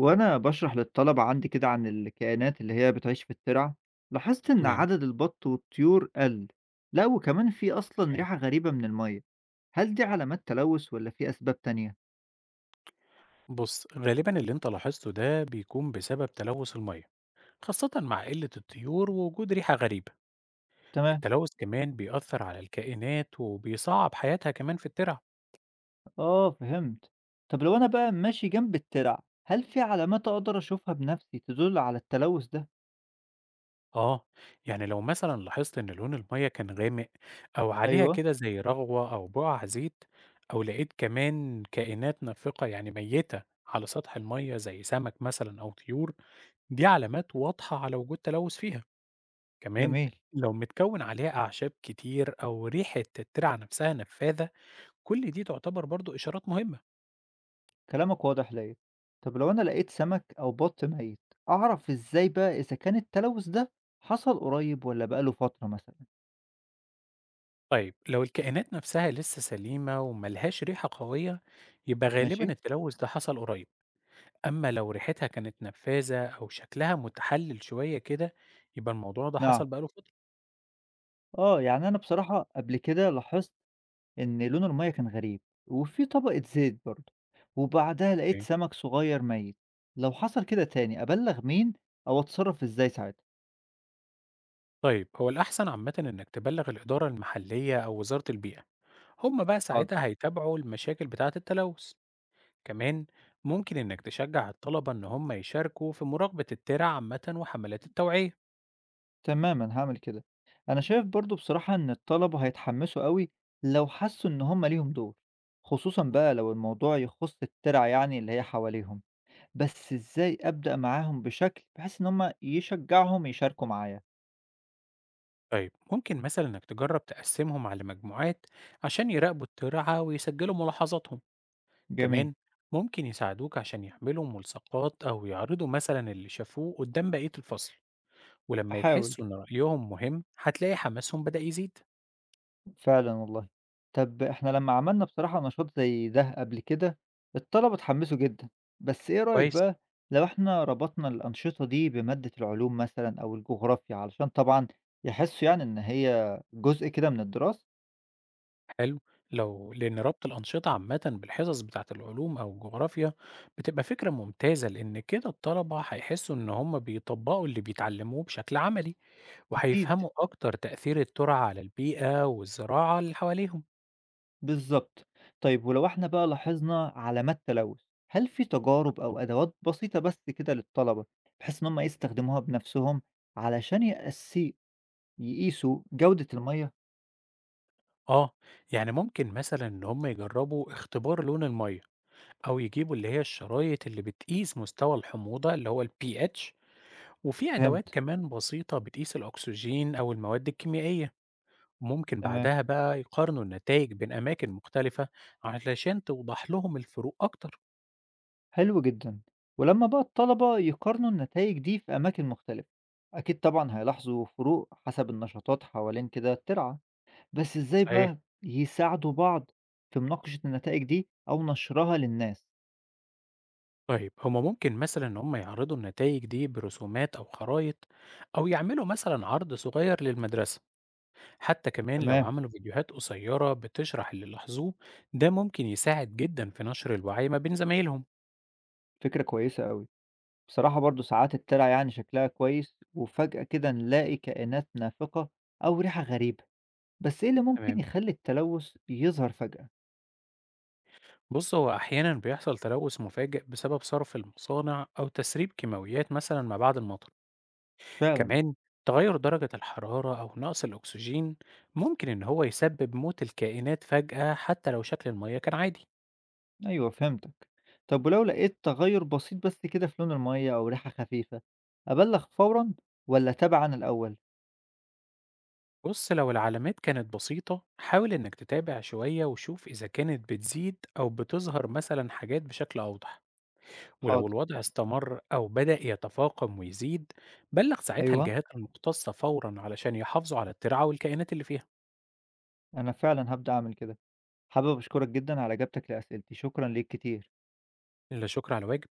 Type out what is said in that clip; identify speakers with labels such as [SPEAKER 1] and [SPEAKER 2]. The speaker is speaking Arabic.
[SPEAKER 1] وأنا بشرح للطلبة عندي كده عن الكائنات اللي هي بتعيش في الترع. لاحظت إن
[SPEAKER 2] تمام.
[SPEAKER 1] عدد البط والطيور قل. لا، وكمان في أصلا
[SPEAKER 2] اوكي.
[SPEAKER 1] ريحة غريبة من المية. هل دي علامات تلوث ولا في أسباب تانية؟
[SPEAKER 2] بص، غالبا اللي انت لاحظته ده بيكون بسبب تلوث الميه، خاصة مع قلة الطيور ووجود ريحة غريبة.
[SPEAKER 1] تمام.
[SPEAKER 2] التلوث كمان بيأثر على الكائنات وبيصعب حياتها كمان في الترع.
[SPEAKER 1] آه، فهمت. طب لو أنا بقى ماشي جنب الترع، هل في علامات أقدر أشوفها بنفسي تدل على التلوث ده؟
[SPEAKER 2] اه، يعني لو مثلا لاحظت ان لون الميه كان غامق، او عليها
[SPEAKER 1] أيوه.
[SPEAKER 2] كده زي رغوة او بقع زيت، او لقيت كمان كائنات نافقة، يعني ميتة على سطح الميه زي سمك مثلا او طيور، دي علامات واضحة على وجود تلوث فيها. كمان،
[SPEAKER 1] جميل.
[SPEAKER 2] لو متكون عليها أعشاب كتير أو ريحة الترعة نفسها نفاذة، كل دي تعتبر برضو إشارات مهمة.
[SPEAKER 1] كلامك واضح ليا. طب لو أنا لقيت سمك أو بط ميت، أعرف إزاي بقى إذا كان التلوث ده حصل قريب ولا بقاله فترة مثلا؟
[SPEAKER 2] طيب، لو الكائنات نفسها لسه سليمة وملهاش ريحة قوية، يبقى غالبا
[SPEAKER 1] ماشي.
[SPEAKER 2] التلوث ده حصل قريب. أما لو ريحتها كانت نفاذة أو شكلها متحلل شوية كده، يبقى الموضوع ده
[SPEAKER 1] نعم،
[SPEAKER 2] حصل بقاله فترة.
[SPEAKER 1] آه، يعني أنا بصراحة قبل كده لاحظت إن لون المَيّة كان غريب، وفي طبقة زيت برضه، وبعدها لقيت
[SPEAKER 2] إيه؟
[SPEAKER 1] سمك صغير ميت، لو حصل كده تاني أبلّغ مين أو أتصرّف إزاي ساعتها؟
[SPEAKER 2] طيب، هو الأحسن عامة إنك تبلغ الإدارة المحلية أو وزارة البيئة. هما بقى
[SPEAKER 1] حاضر.
[SPEAKER 2] ساعتها هيتابعوا المشاكل بتاعة التلوث. كمان، ممكن إنك تشجع الطلبة إن هم يشاركوا في مراقبة الترع عامة وحملات التوعية.
[SPEAKER 1] تمامًا، هاعمل كده. أنا شايف برضه بصراحة إن الطلبة هيتحمّسوا أوي لو حسّوا إن هم ليهم دور، خصوصًا بقى لو الموضوع يخُص الترعة يعني اللي هي حواليهم، بس إزاي أبدأ معاهم بشكل بحيث إن هم يشجّعهم يشاركوا معايا؟
[SPEAKER 2] طيب، ممكن مثلا إنك تجرب تقسمهم على مجموعات عشان يراقبوا الترعة ويسجلوا ملاحظاتهم.
[SPEAKER 1] جميل.
[SPEAKER 2] كمان، ممكن يساعدوك عشان يعملوا ملصقات أو يعرضوا مثلا اللي شافوه قدام بقية الفصل. ولما
[SPEAKER 1] هاحاول.
[SPEAKER 2] يحسوا إن رأيهم مهم، هتلاقي حماسهم بدأ يزيد.
[SPEAKER 1] فعلًا والله. طَب إحنا لمّا عملنا بصراحة نشاط زي ده قبل كده، الطلبة اتحمسوا جدًا، بس إيه رأيك
[SPEAKER 2] كويس.
[SPEAKER 1] بقى لو إحنا ربطنا الأنشطة دي بمادة العلوم مثلًا أو الجغرافيا، علشان طبعًا يحسّوا يعني إن هي جزء كده من الدراسة؟
[SPEAKER 2] حلو. لو لأن ربط الأنشطة عامة بالحصص بتاعة العلوم أو الجغرافيا بتبقى فكرة ممتازة، لأن كده الطلبة هيحسوا إن هم بيطبقوا اللي بيتعلموه بشكل عملي،
[SPEAKER 1] أكيد.
[SPEAKER 2] وهيفهموا أكتر تأثير الترعة على البيئة والزراعة اللي حواليهم.
[SPEAKER 1] بالضبط. طيب ولو إحنا بقى لاحظنا علامات تلوث، هل في تجارب أو أدوات بسيطة بس كده للطلبة، بحيث إن هم يستخدموها بنفسهم علشان يقيسوا جودة المَيَّة؟
[SPEAKER 2] آه، يعني ممكن مثلا إن هم يجربوا اختبار لون المية، أو يجيبوا اللي هي الشرايط اللي بتقيس مستوى الحموضة اللي هو ال pH. وفي أدوات
[SPEAKER 1] فهمت.
[SPEAKER 2] كمان بسيطة بتقيس الأكسجين أو المواد الكيميائية. ممكن
[SPEAKER 1] تمام.
[SPEAKER 2] بعدها بقى يقارنوا النتائج بين أماكن مختلفة علشان توضح لهم الفروق أكتر.
[SPEAKER 1] حلو جدًا، ولمّا بقى الطلبة يقارنوا النتايج دي في أماكن مختلفة، أكيد طبعًا هيلاحظوا فروق حسب النشاطات حوالين كده الترعة، بس إزاي
[SPEAKER 2] صحيح.
[SPEAKER 1] بقى يساعدوا بعض في مناقشة النتائج دي أو نشرها للناس؟
[SPEAKER 2] طيب، هما ممكن مثلا إن هما يعرضوا النتائج دي برسومات أو خرايط، أو يعملوا مثلا عرض صغير للمدرسة. حتى كمان لو
[SPEAKER 1] تمام.
[SPEAKER 2] عملوا فيديوهات قصيرة بتشرح اللي لاحظوه، ده ممكن يساعد جدا في نشر الوعي ما بين زمايلهم.
[SPEAKER 1] فكرة كويسة أوي. بصراحة برضه ساعات الترعة يعني شكلها كويس وفجأة كده نلاقي كائنات نافقة أو ريحة غريبة، بس إيه اللي ممكن
[SPEAKER 2] تمام.
[SPEAKER 1] يخلي التلوث يظهر فجأة؟
[SPEAKER 2] بص، هو أحيانا بيحصل تلوث مفاجئ بسبب صرف المصانع أو تسريب كيماويات مثلا ما بعد المطر.
[SPEAKER 1] فعلًا.
[SPEAKER 2] كمان، تغير درجة الحرارة أو نقص الأكسجين ممكن إن هو يسبب موت الكائنات فجأة، حتى لو شكل المياه كان عادي.
[SPEAKER 1] أيوه، فهمتك. طب ولو لقيت تغيُّر بسيط بس كده في لون المَيّة أو ريحة خفيفة، أبلّغ فورًا والّا أتابع أنا الأول؟
[SPEAKER 2] بص، لو العلامات كانت بسيطة، حاول إنك تتابع شوية وشوف إذا كانت بتزيد أو بتظهر مثلا حاجات بشكل أوضح. ولو
[SPEAKER 1] حاضر.
[SPEAKER 2] الوضع استمر أو بدأ يتفاقم ويزيد، بلغ ساعتها
[SPEAKER 1] أيوه،
[SPEAKER 2] الجهات المختصة فورا علشان يحافظوا على الترعة والكائنات اللي فيها.
[SPEAKER 1] أنا فعلًا هابدأ أعمل كده. حابب أشكرك جدًا على إجابتك لأسئلتي، شكرًا ليك كتير.
[SPEAKER 2] لا شكر على واجب.